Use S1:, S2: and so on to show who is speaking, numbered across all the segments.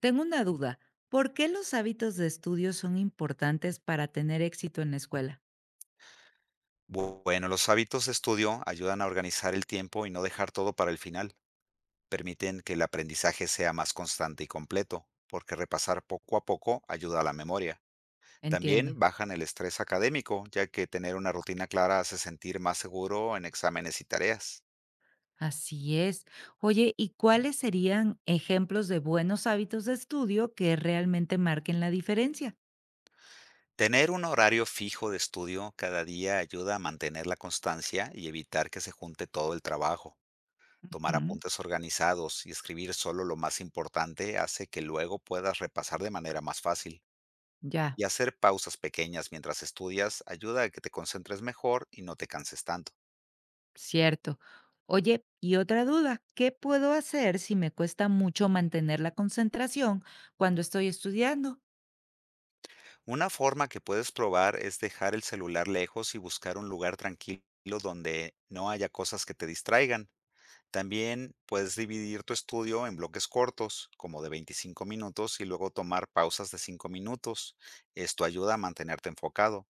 S1: Tengo una duda. ¿Por qué los hábitos de estudio son importantes para tener éxito en la escuela?
S2: Bueno, los hábitos de estudio ayudan a organizar el tiempo y no dejar todo para el final. Permiten que el aprendizaje sea más constante y completo, porque repasar poco a poco ayuda a la memoria.
S1: Entiendo.
S2: También bajan el estrés académico, ya que tener una rutina clara hace sentir más seguro en exámenes y tareas.
S1: Así es. Oye, ¿y cuáles serían ejemplos de buenos hábitos de estudio que realmente marquen la diferencia?
S2: Tener un horario fijo de estudio cada día ayuda a mantener la constancia y evitar que se junte todo el trabajo. Tomar
S1: Ujú.
S2: apuntes organizados y escribir solo lo más importante hace que luego puedas repasar de manera más fácil.
S1: Ya,
S2: Y hacer pausas pequeñas mientras estudias ayuda a que te concentres mejor y no te canses tanto.
S1: cierto. Oye, y otra duda, ¿qué puedo hacer si me cuesta mucho mantener la concentración cuando estoy estudiando?
S2: Una forma que puedes probar es dejar el celular lejos y buscar un lugar tranquilo donde no haya cosas que te distraigan. También puedes dividir tu estudio en bloques cortos, como de 25 minutos, y luego tomar pausas de 5 minutos. Esto ayuda a mantenerte enfocado.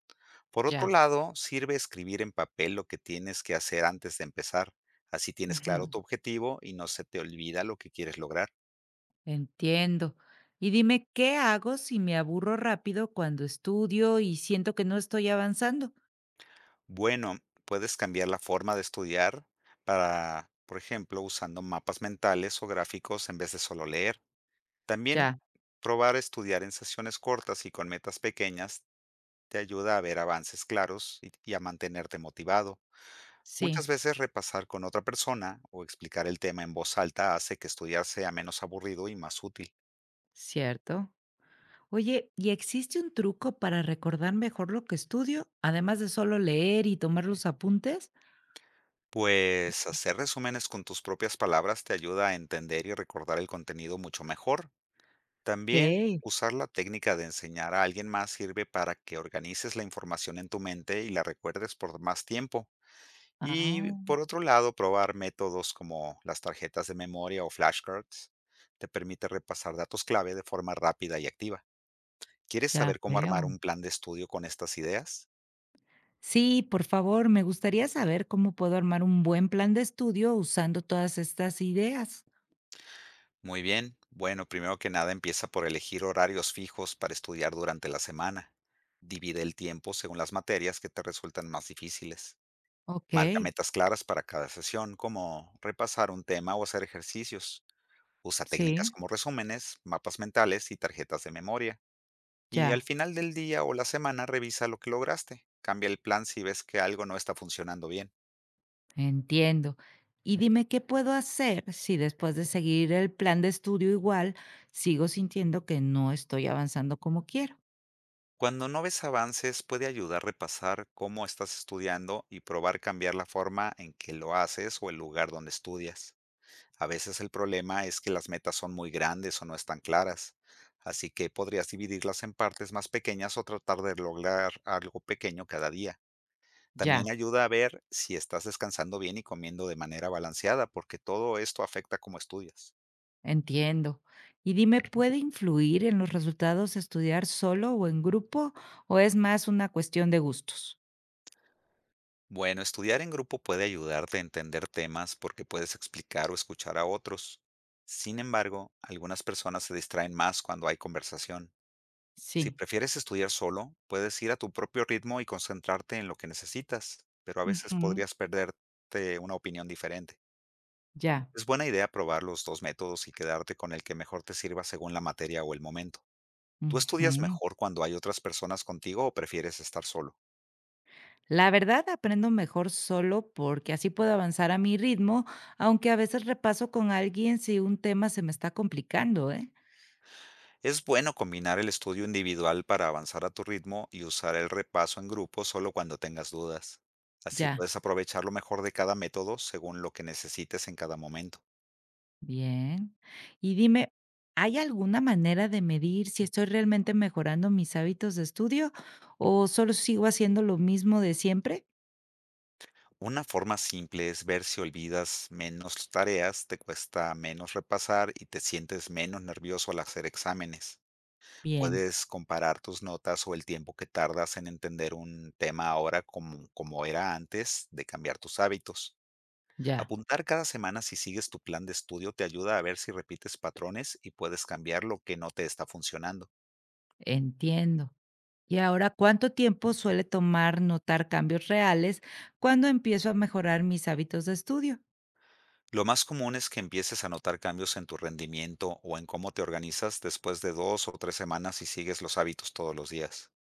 S2: Por otro
S1: Ya.
S2: lado, sirve escribir en papel lo que tienes que hacer antes de empezar. Así tienes claro
S1: Ujú.
S2: tu objetivo y no se te olvida lo que quieres lograr.
S1: Entiendo. Y dime, ¿qué hago si me aburro rápido cuando estudio y siento que no estoy avanzando?
S2: Bueno, puedes cambiar la forma de estudiar para, por ejemplo, usando mapas mentales o gráficos en vez de solo leer. También
S1: Ya,
S2: probar estudiar en sesiones cortas y con metas pequeñas te ayuda a ver avances claros y a mantenerte motivado.
S1: sí,
S2: Muchas veces repasar con otra persona o explicar el tema en voz alta hace que estudiar sea menos aburrido y más útil.
S1: cierto. Oye, ¿y existe un truco para recordar mejor lo que estudio, además de solo leer y tomar los apuntes?
S2: Pues hacer resúmenes con tus propias palabras te ayuda a entender y recordar el contenido mucho mejor.
S1: Ok.
S2: También usar la técnica de enseñar a alguien más sirve para que organices la información en tu mente y la recuerdes por más tiempo. Y
S1: Ah,
S2: por otro lado, probar métodos como las tarjetas de memoria o flashcards te permite repasar datos clave de forma rápida y activa. ¿Quieres
S1: ya
S2: saber cómo armar
S1: veo.
S2: un plan de estudio con estas ideas?
S1: Sí, por favor, me gustaría saber cómo puedo armar un buen plan de estudio usando todas estas ideas.
S2: Muy bien. Bueno, primero que nada empieza por elegir horarios fijos para estudiar durante la semana. Divide el tiempo según las materias que te resultan más difíciles.
S1: Ok,
S2: Marca metas claras para cada sesión, como repasar un tema o hacer ejercicios. Usa técnicas
S1: sí,
S2: como resúmenes, mapas mentales y tarjetas de memoria. Y al
S1: ya.
S2: final del día o la semana revisa lo que lograste. Cambia el plan si ves que algo no está funcionando bien.
S1: Entiendo. Y dime, ¿qué puedo hacer si después de seguir el plan de estudio igual, sigo sintiendo que no estoy avanzando como quiero?
S2: Cuando no ves avances, puede ayudar a repasar cómo estás estudiando y probar cambiar la forma en que lo haces o el lugar donde estudias. A veces el problema es que las metas son muy grandes o no están claras, así que podrías dividirlas en partes más pequeñas o tratar de lograr algo pequeño cada día. También
S1: Ya,
S2: ayuda a ver si estás descansando bien y comiendo de manera balanceada, porque todo esto afecta cómo estudias.
S1: entiendo. Y dime, ¿puede influir en los resultados estudiar solo o en grupo o es más una cuestión de gustos?
S2: Bueno, estudiar en grupo puede ayudarte a entender temas porque puedes explicar o escuchar a otros. Sin embargo, algunas personas se distraen más cuando hay conversación. Si
S1: Sí.
S2: prefieres estudiar solo, puedes ir a tu propio ritmo y concentrarte en lo que necesitas, pero a veces
S1: Ujú,
S2: podrías perderte una opinión diferente.
S1: ya.
S2: Es buena idea probar los dos métodos y quedarte con el que mejor te sirva según la materia o el momento. ¿Tú estudias
S1: Ujú.
S2: mejor cuando hay otras personas contigo o prefieres estar solo?
S1: La verdad, aprendo mejor solo porque así puedo avanzar a mi ritmo, aunque a veces repaso con alguien si un tema se me está complicando, ¿eh?
S2: Es bueno combinar el estudio individual para avanzar a tu ritmo y usar el repaso en grupo solo cuando tengas dudas. Así
S1: Ya.
S2: puedes aprovechar lo mejor de cada método según lo que necesites en cada momento.
S1: Bien. Y dime, ¿hay alguna manera de medir si estoy realmente mejorando mis hábitos de estudio o solo sigo haciendo lo mismo de siempre?
S2: Una forma simple es ver si olvidas menos tareas, te cuesta menos repasar y te sientes menos nervioso al hacer exámenes.
S1: Bien,
S2: Puedes comparar tus notas o el tiempo que tardas en entender un tema ahora como era antes de cambiar tus hábitos.
S1: ya,
S2: Apuntar cada semana si sigues tu plan de estudio te ayuda a ver si repites patrones y puedes cambiar lo que no te está funcionando.
S1: entiendo. Y ahora, ¿cuánto tiempo suele tomar notar cambios reales cuando empiezo a mejorar mis hábitos de estudio?
S2: Lo más común es que empieces a notar cambios en tu rendimiento o en cómo te organizas después de 2 o 3 semanas si sigues los hábitos todos los días.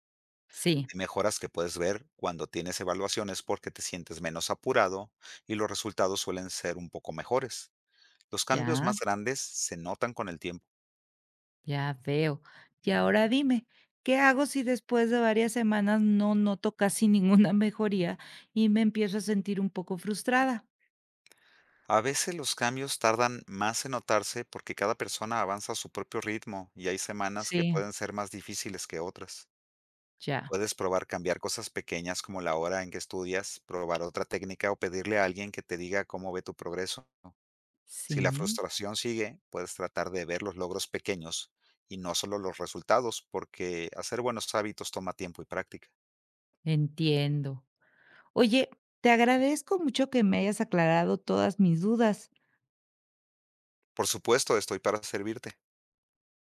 S1: Sí,
S2: Hay mejoras que puedes ver cuando tienes evaluaciones porque te sientes menos apurado y los resultados suelen ser un poco mejores. Los cambios
S1: ya,
S2: más grandes se notan con el tiempo.
S1: ya veo. Y ahora dime, ¿qué hago si después de varias semanas no noto casi ninguna mejoría y me empiezo a sentir un poco frustrada?
S2: A veces los cambios tardan más en notarse porque cada persona avanza a su propio ritmo y hay semanas que
S1: Sí,
S2: pueden ser más difíciles que otras.
S1: ya,
S2: Puedes probar cambiar cosas pequeñas como la hora en que estudias, probar otra técnica o pedirle a alguien que te diga cómo ve tu progreso. Si la
S1: sí,
S2: frustración sigue, puedes tratar de ver los logros pequeños y no solo los resultados, porque hacer buenos hábitos toma tiempo y práctica.
S1: entiendo. Oye, te agradezco mucho que me hayas aclarado todas mis dudas.
S2: Por supuesto, estoy para servirte.